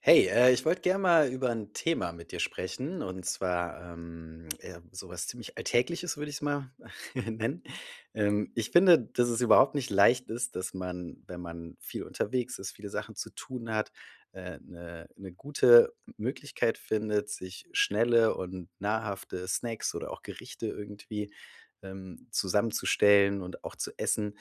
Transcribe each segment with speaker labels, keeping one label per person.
Speaker 1: Hey, ich wollte gerne mal über ein Thema mit dir sprechen und zwar, ja, so ziemlich Alltägliches, würde ich's mal nennen. Ich finde, dass es überhaupt nicht leicht ist, dass man, wenn man viel unterwegs ist, viele Sachen zu tun hat, eine gute Möglichkeit findet, sich schnelle und nahrhafte Snacks oder auch Gerichte irgendwie zusammenzustellen und auch zu essen.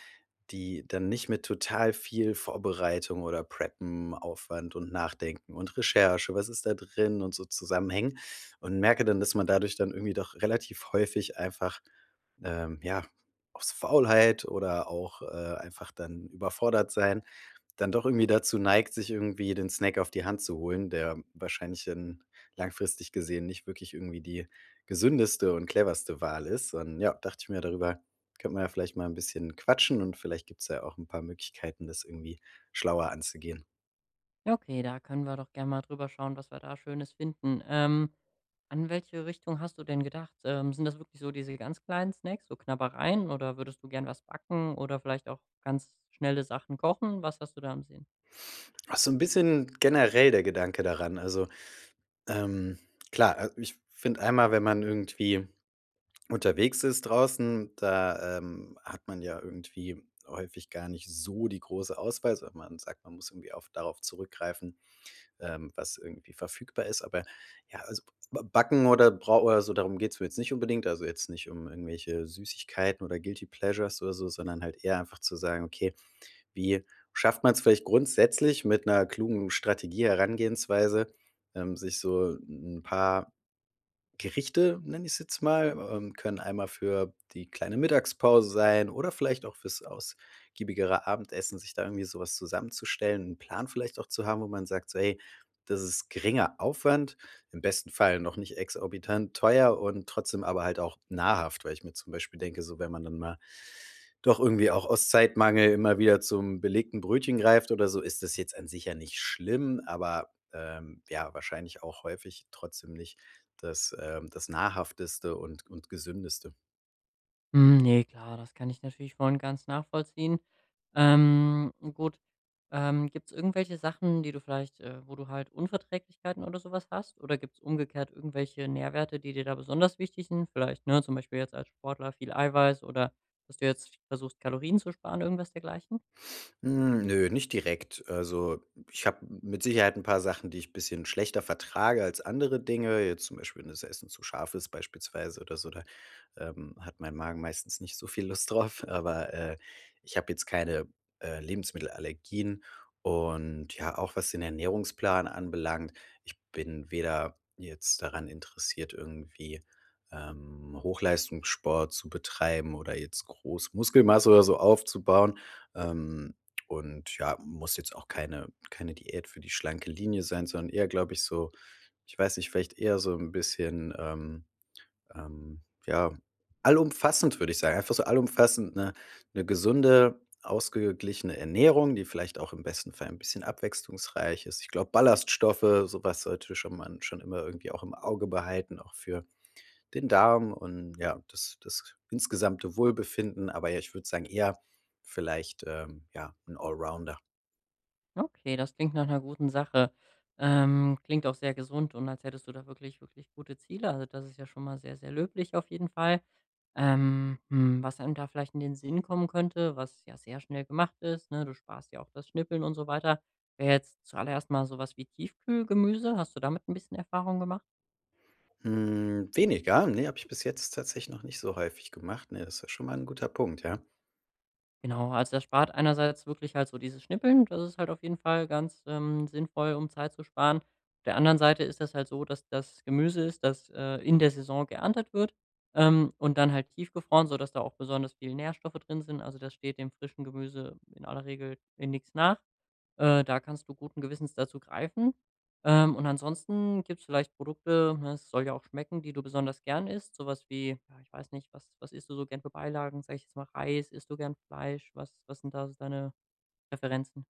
Speaker 1: Die dann nicht mit total viel Vorbereitung oder Preppen, Aufwand und Nachdenken und Recherche, was ist da drin und so zusammenhängen und merke dann, dass man dadurch dann irgendwie doch relativ häufig einfach, ja, aus Faulheit oder auch einfach dann überfordert sein dann doch irgendwie dazu neigt, sich irgendwie den Snack auf die Hand zu holen, der wahrscheinlich dann langfristig gesehen nicht wirklich irgendwie die gesündeste und cleverste Wahl ist. Und ja, dachte ich mir, darüber könnte man ja vielleicht mal ein bisschen quatschen und vielleicht gibt's ja auch ein paar Möglichkeiten, das irgendwie schlauer anzugehen.
Speaker 2: Ja, okay, da können wir doch gerne mal drüber schauen, was wir da Schönes finden. An welche Richtung hast du denn gedacht? Sind das wirklich so diese ganz kleinen Snacks, so Knabbereien, oder würdest du gern was backen oder vielleicht auch ganz schnelle Sachen kochen? Was hast du da im Sinn?
Speaker 1: Auch so 'n bisschen generell der Gedanke daran. Ähm, klar, also, ich finde einmal, wenn man irgendwie unterwegs ist draußen, da hat man ja irgendwie häufig gar nicht so die große Auswahl, sondern man sagt, man muss irgendwie auf darauf zurückgreifen, was irgendwie verfügbar ist. Aber ja, also b Backen oder brau oder so, darum geht's mir jetzt nicht unbedingt. Also, jetzt nicht um irgendwelche Süßigkeiten oder Guilty Pleasures oder so, sondern halt eher einfach zu sagen: „Okay, wie schafft man es vielleicht grundsätzlich mit einer klugen Strategie, Herangehensweise, sich so ein paar Gerichte, nenne ich es jetzt mal, können einmal für die kleine Mittagspause sein oder vielleicht auch fürs ausgiebigere Abendessen, sich da irgendwie sowas zusammenzustellen, einen Plan vielleicht auch zu haben, wo man sagt so: „Hey, das ist geringer Aufwand, im besten Fall noch nicht exorbitant teuer und trotzdem aber halt auch nahrhaft.“ Weil ich mir zum Beispiel denke, so wenn man dann mal doch irgendwie auch aus Zeitmangel immer wieder zum belegten Brötchen greift oder so, ist das jetzt an sich ja nicht schlimm, aber ja, wahrscheinlich auch häufig trotzdem nicht das Nahrhafteste und Gesündeste.
Speaker 2: Hm, ne, klar, das kann ich natürlich voll und ganz nachvollziehen. Gut, gibt's irgendwelche Sachen, die du vielleicht wo du halt Unverträglichkeiten oder sowas hast? Oder gibt's umgekehrt irgendwelche Nährwerte, die dir da besonders wichtig sind? Vielleicht, ne, zum Beispiel jetzt als Sportler viel Eiweiß oder dass du jetzt versuchst, Kalorien zu sparen, irgendwas dergleichen?
Speaker 1: Hm, nö, nicht direkt. Also, ich habe mit Sicherheit ein paar Sachen, die ich ein bisschen schlechter vertrage als andere Dinge, jetzt zum Beispiel wenn das Essen zu scharf ist beispielsweise oder so, da hat mein Magen meistens nicht so viel Lust drauf, aber ich habe jetzt keine Lebensmittelallergien. Und ja, auch was den Ernährungsplan anbelangt, ich bin weder jetzt daran interessiert, irgendwie Hochleistungssport zu betreiben oder jetzt groß Muskelmasse oder so aufzubauen. Ähm, und ja, muss jetzt auch keine Diät für die schlanke Linie sein, sondern eher, glaube ich, so, ich weiß nicht, vielleicht eher so ein bisschen. Ähm, ja, allumfassend würde ich sagen. Einfach so allumfassend eine gesunde, ausgeglichene Ernährung, die vielleicht auch im besten Fall ein bisschen abwechslungsreich ist. Ich glaube, Ballaststoffe, sowas sollte schon man schon immer irgendwie auch im Auge behalten, auch für den Darm und ja, das das insgesamte Wohlbefinden. Aber ja, ich würde sagen, eher vielleicht, ja, ein Allrounder.
Speaker 2: Okay, das klingt nach einer guten Sache. Klingt auch sehr gesund und als hättest du da wirklich, wirklich gute Ziele. Also, das ist ja schon mal sehr, sehr löblich auf jeden Fall. Was einem da vielleicht in den Sinn kommen könnte, was ja sehr schnell gemacht ist, ne? Du sparst ja auch das Schnippeln und so weiter, wäre jetzt zuallererst mal sowas wie Tiefkühlgemüse. Hast du damit ein bisschen Erfahrung gemacht?
Speaker 1: Hm, weniger, ne, habe ich bis jetzt tatsächlich noch nicht so häufig gemacht. Ne, das ist ja schon mal ein guter Punkt, ja.
Speaker 2: Genau, also das spart einerseits wirklich halt so dieses Schnippeln, das ist halt auf jeden Fall ganz, sinnvoll, um Zeit zu sparen. Auf der anderen Seite ist das halt so, dass das Gemüse ist, das, in der Saison geerntet wird, und dann halt tiefgefroren, sodass da auch besonders viel Nährstoffe drin sind. Also das steht dem frischen Gemüse in aller Regel in nichts nach. Da kannst du guten Gewissens dazu greifen. Und ansonsten gibt's vielleicht Produkte, ne, es soll ja auch schmecken, die du besonders gern isst, so was wie ja, ich weiß nicht, was isst du so gern für Beilagen? Sage ich jetzt mal Reis, isst du gern Fleisch? Was sind da so deine Präferenzen?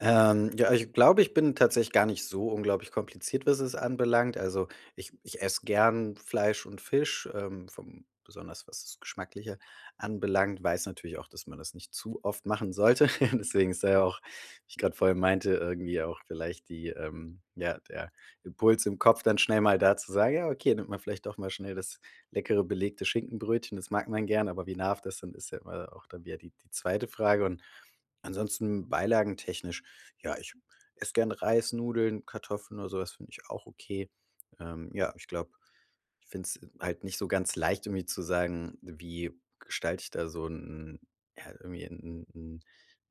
Speaker 1: Ja, ich glaube, ich bin tatsächlich gar nicht so unglaublich kompliziert, was es anbelangt. Also, ich esse gern Fleisch und Fisch, vom besonders was das Geschmackliche anbelangt. Weiß natürlich auch, dass man das nicht zu oft machen sollte. Deswegen ist da ja auch, wie ich gerade vorhin meinte, irgendwie auch vielleicht die ja, der Impuls im Kopf dann schnell mal da zu sagen: „Ja, okay, nimmt man vielleicht doch mal schnell das leckere belegte Schinkenbrötchen.“ Das mag man gern, aber wie nahrhaft das dann ist, ja immer auch dann wieder die zweite Frage und ansonsten beilagen technisch ja, ich esse gerne Reis, Nudeln, Kartoffeln oder sowas. Finde ich auch okay. Ja, ich glaube, ich finde es halt nicht so ganz leicht, irgendwie zu sagen, wie gestalte ich da so einen ja, irgendwie 'n 'n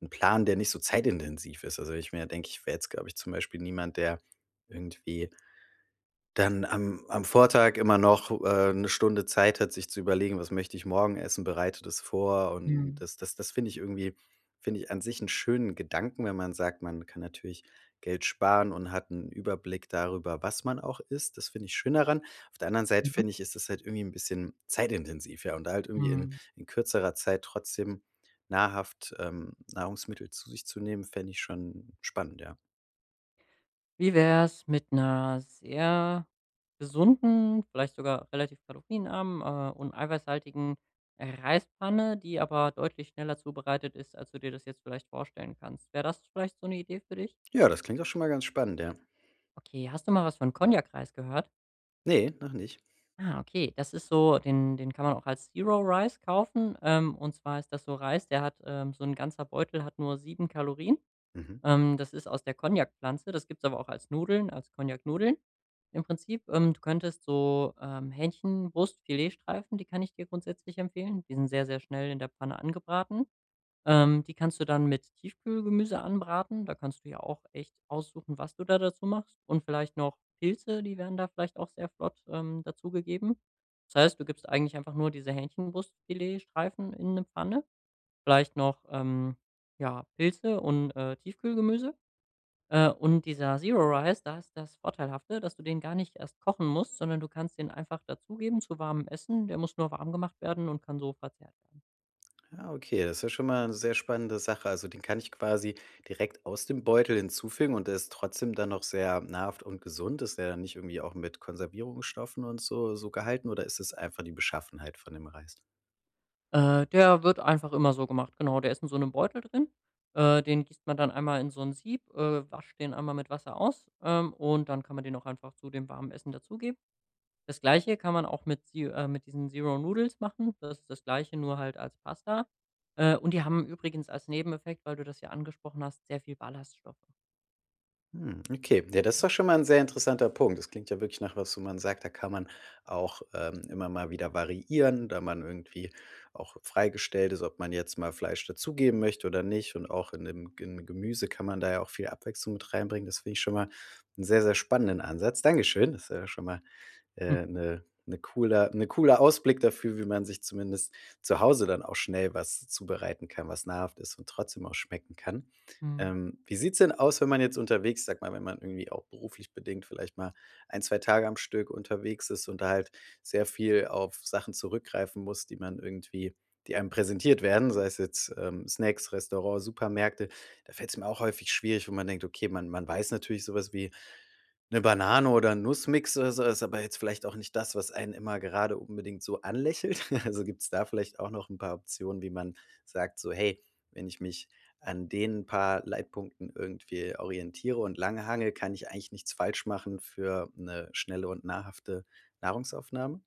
Speaker 1: 'n Plan, der nicht so zeitintensiv ist. Also, ich mir denke, ich wäre jetzt, glaube ich, zum Beispiel niemand, der irgendwie dann am Vortag immer noch 'ne Stunde Zeit hat, sich zu überlegen: „Was möchte ich morgen essen?“ Bereite das vor und
Speaker 2: Mhm.
Speaker 1: das finde ich irgendwie finde ich an sich einen schönen Gedanken, wenn man sagt, man kann natürlich Geld sparen und hat einen Überblick darüber, was man auch isst. Das finde ich schön daran. Auf der anderen Seite
Speaker 2: Mhm.
Speaker 1: finde ich, ist das halt irgendwie ein bisschen zeitintensiv, ja, und da halt irgendwie in
Speaker 2: Mhm.
Speaker 1: in kürzerer Zeit trotzdem nahrhaft, Nahrungsmittel zu sich zu nehmen, fände ich schon spannend, ja.
Speaker 2: Wie wär's mit einer sehr gesunden, vielleicht sogar relativ kalorienarmen, und eiweißhaltigen Reispfanne, die aber deutlich schneller zubereitet ist, als du dir das jetzt vielleicht vorstellen kannst. Wäre das vielleicht so eine Idee für dich?
Speaker 1: Ja, das klingt auch schon mal ganz spannend, ja.
Speaker 2: Okay, hast du mal was von Cognac-Reis gehört?
Speaker 1: Ne, noch nicht.
Speaker 2: Ah, okay. Das ist so den kann man auch als Zero Rice kaufen. Und zwar ist das so Reis, der hat so ein ganzer Beutel hat nur 7 Kalorien.
Speaker 1: Mhm.
Speaker 2: Das ist aus der Konjakpflanze. Das gibt's aber auch als Nudeln, als Konjaknudeln im Prinzip. Du könntest so, Hähnchenbrust-Filetstreifen, die kann ich dir grundsätzlich empfehlen. Die sind sehr, sehr schnell in der Pfanne angebraten. Die kannst du dann mit Tiefkühlgemüse anbraten. Da kannst du ja auch echt aussuchen, was du da dazu machst. Und vielleicht noch Pilze, die werden da vielleicht auch sehr flott dazugegeben. Das heißt, du gibst eigentlich einfach nur diese Hähnchenbrustfiletstreifen in eine Pfanne, vielleicht noch, ja, Pilze und, Tiefkühlgemüse. Und dieser Zero Rice, da ist das Vorteilhafte, dass du den gar nicht erst kochen musst, sondern du kannst den einfach dazugeben zu warmem Essen. Der muss nur warm gemacht werden und kann so verzehrt werden.
Speaker 1: Ja, okay, das ist ja schon mal eine sehr spannende Sache. Also, den kann ich quasi direkt aus dem Beutel hinzufügen und der ist trotzdem dann noch sehr nahrhaft und gesund. Ist der dann nicht irgendwie auch mit Konservierungsstoffen und so gehalten oder ist es einfach die Beschaffenheit von dem Reis?
Speaker 2: Der wird einfach immer so gemacht. Genau, der ist in so einem Beutel drin. Den gießt man dann einmal in so ein Sieb, wascht den einmal mit Wasser aus, und dann kann man den auch einfach zu dem warmen Essen dazugeben. Das Gleiche kann man auch mit Ze mit diesen Zero Noodles machen. Das ist das Gleiche, nur halt als Pasta. Und die haben übrigens als Nebeneffekt, weil du das ja angesprochen hast, sehr viel Ballaststoffe.
Speaker 1: Hm, okay. Ja, das ist doch schon mal ein sehr interessanter Punkt. Das klingt ja wirklich nach was, wo man sagt, da kann man auch, immer mal wieder variieren, da man irgendwie auch freigestellt ist, ob man jetzt mal Fleisch dazugeben möchte oder nicht. Und auch in dem Gemüse kann man da ja auch viel Abwechslung mit reinbringen. Das finde ich schon mal einen sehr, sehr spannenden Ansatz. Dankeschön. Das ist ja schon mal, 'ne cooler Ausblick dafür, wie man sich zumindest zu Hause dann auch schnell was zubereiten kann, was nahrhaft ist und trotzdem auch schmecken kann. Wie sieht's denn aus, wenn man jetzt unterwegs sag mal, wenn man irgendwie auch beruflich bedingt vielleicht mal ein 2 Tage am Stück unterwegs ist und da halt sehr viel auf Sachen zurückgreifen muss, die man irgendwie die einem präsentiert werden, sei es jetzt, Snacks, Restaurants, Supermärkte. Da fällt es mir auch häufig schwierig, wo man denkt: „Okay, man weiß natürlich sowas wie 'Ne Banane oder 'n Nussmix oder so ist aber jetzt vielleicht auch nicht das, was einen immer gerade unbedingt so anlächelt. Also, gibt's da vielleicht auch noch 'n paar Optionen, wie man sagt so: „Hey, wenn ich mich an den paar Leitpunkten irgendwie orientiere und lang hangle, kann ich eigentlich nichts falsch machen für 'ne schnelle und nahrhafte Nahrungsaufnahme?“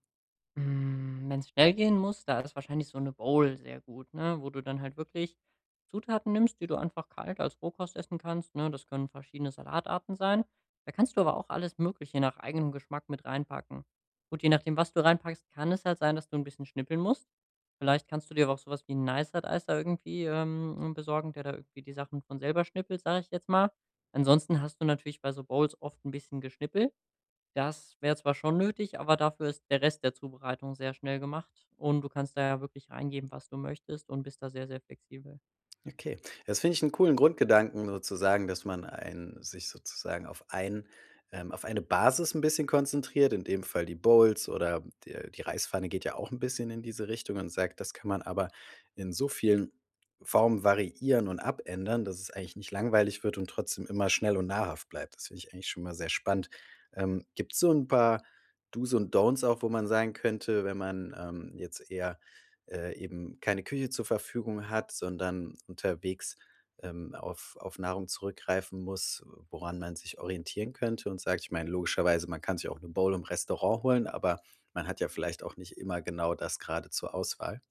Speaker 2: Wenn es schnell gehen muss, da ist wahrscheinlich so eine Bowl sehr gut, ne, wo du dann halt wirklich Zutaten nimmst, die du einfach kalt als Rohkost essen kannst, ne? Das können verschiedene Salatarten sein. Da kannst du aber auch alles Mögliche nach eigenem Geschmack mit reinpacken. Gut, je nachdem, was du reinpackst, kann es halt sein, dass du ein bisschen schnippeln musst. Vielleicht kannst du dir aber auch sowas wie einen Nicer-Dicer da irgendwie, besorgen, der da irgendwie die Sachen von selber schnippelt, sage ich jetzt mal. Ansonsten hast du natürlich bei so Bowls oft ein bisschen Geschnippel. Das wäre zwar schon nötig, aber dafür ist der Rest der Zubereitung sehr schnell gemacht und du kannst da ja wirklich reingeben, was du möchtest und bist da sehr, sehr flexibel.
Speaker 1: Okay. Das finde ich einen coolen Grundgedanken sozusagen, dass man einen sich sozusagen auf ein auf eine Basis ein bisschen konzentriert, in dem Fall die Bowls oder die Reispfanne geht ja auch ein bisschen in diese Richtung und sagt, das kann man aber in so vielen Formen variieren und abändern, dass es eigentlich nicht langweilig wird und trotzdem immer schnell und nahrhaft bleibt. Das finde ich eigentlich schon mal sehr spannend. Gibt es so ein paar Do's und Don'ts auch, wo man sagen könnte, wenn man jetzt eher eben keine Küche zur Verfügung hat, sondern unterwegs auf Nahrung zurückgreifen muss, woran man sich orientieren könnte und sagt, ich meine, logischerweise, man kann sich auch eine Bowl im Restaurant holen, aber man hat ja vielleicht auch nicht immer genau das gerade zur Auswahl.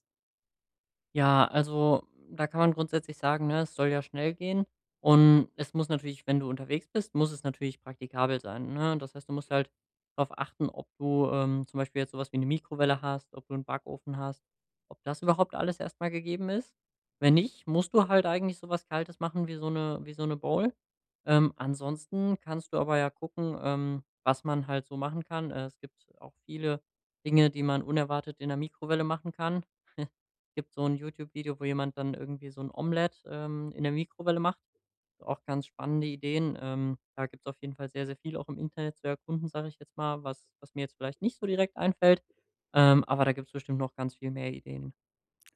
Speaker 2: Ja, also da kann man grundsätzlich sagen, ne, es soll ja schnell gehen. Und es muss natürlich, wenn du unterwegs bist, muss es natürlich praktikabel sein. Ne? Das heißt, du musst halt darauf achten, ob du zum Beispiel jetzt sowas wie eine Mikrowelle hast, ob du einen Backofen hast, ob das überhaupt alles erstmal gegeben ist. Wenn nicht, musst du halt eigentlich sowas Kaltes machen wie so eine Bowl. Ansonsten kannst du aber ja gucken, was man halt so machen kann. Es gibt auch viele Dinge, die man unerwartet in der Mikrowelle machen kann. Gibt so ein YouTube-Video, wo jemand dann irgendwie so ein Omelett, in der Mikrowelle macht. Auch ganz spannende Ideen. Da gibt's auf jeden Fall sehr, sehr viel auch im Internet zu erkunden, sage ich jetzt mal, was mir jetzt vielleicht nicht so direkt einfällt. Aber da gibt's bestimmt noch ganz viel mehr Ideen.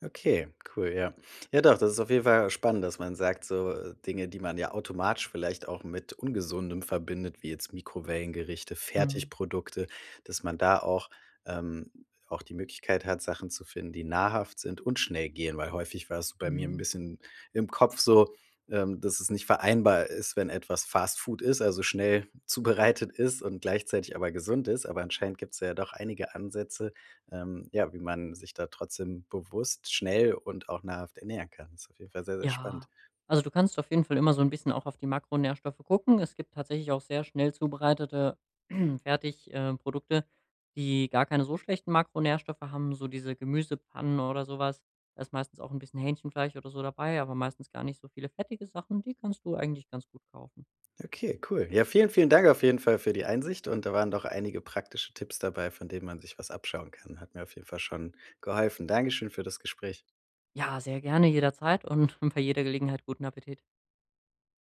Speaker 1: Okay, cool, ja. Ja doch, das ist auf jeden Fall spannend, dass man sagt, so Dinge, die man ja automatisch vielleicht auch mit Ungesundem verbindet, wie jetzt Mikrowellengerichte,
Speaker 2: Mhm.
Speaker 1: Fertigprodukte, dass man da auch, ähm, auch die Möglichkeit hat, Sachen zu finden, die nahrhaft sind und schnell gehen, weil häufig war es so bei mir ein
Speaker 2: Mhm.
Speaker 1: bisschen im Kopf so, dass es nicht vereinbar ist, wenn etwas Fast Food ist, also schnell zubereitet ist und gleichzeitig aber gesund ist. Aber anscheinend gibt es ja doch einige Ansätze, ja, wie man sich da trotzdem bewusst, schnell und auch nahrhaft ernähren kann. Das ist auf jeden Fall sehr, sehr spannend.
Speaker 2: Ja, also du kannst auf jeden Fall immer so ein bisschen auch auf die Makronährstoffe gucken. Es gibt tatsächlich auch sehr schnell zubereitete Produkte, die gar keine so schlechten Makronährstoffe haben, so diese Gemüsepfannen oder sowas. Da ist meistens auch ein bisschen Hähnchenfleisch oder so dabei, aber meistens gar nicht so viele fettige Sachen. Die kannst du eigentlich ganz gut kaufen.
Speaker 1: Okay, cool. Ja, vielen, vielen Dank auf jeden Fall für die Einsicht und da waren doch einige praktische Tipps dabei, von denen man sich was abschauen kann. Hat mir auf jeden Fall schon geholfen. Dankeschön für das Gespräch.
Speaker 2: Ja, sehr gerne jederzeit und bei jeder Gelegenheit guten Appetit.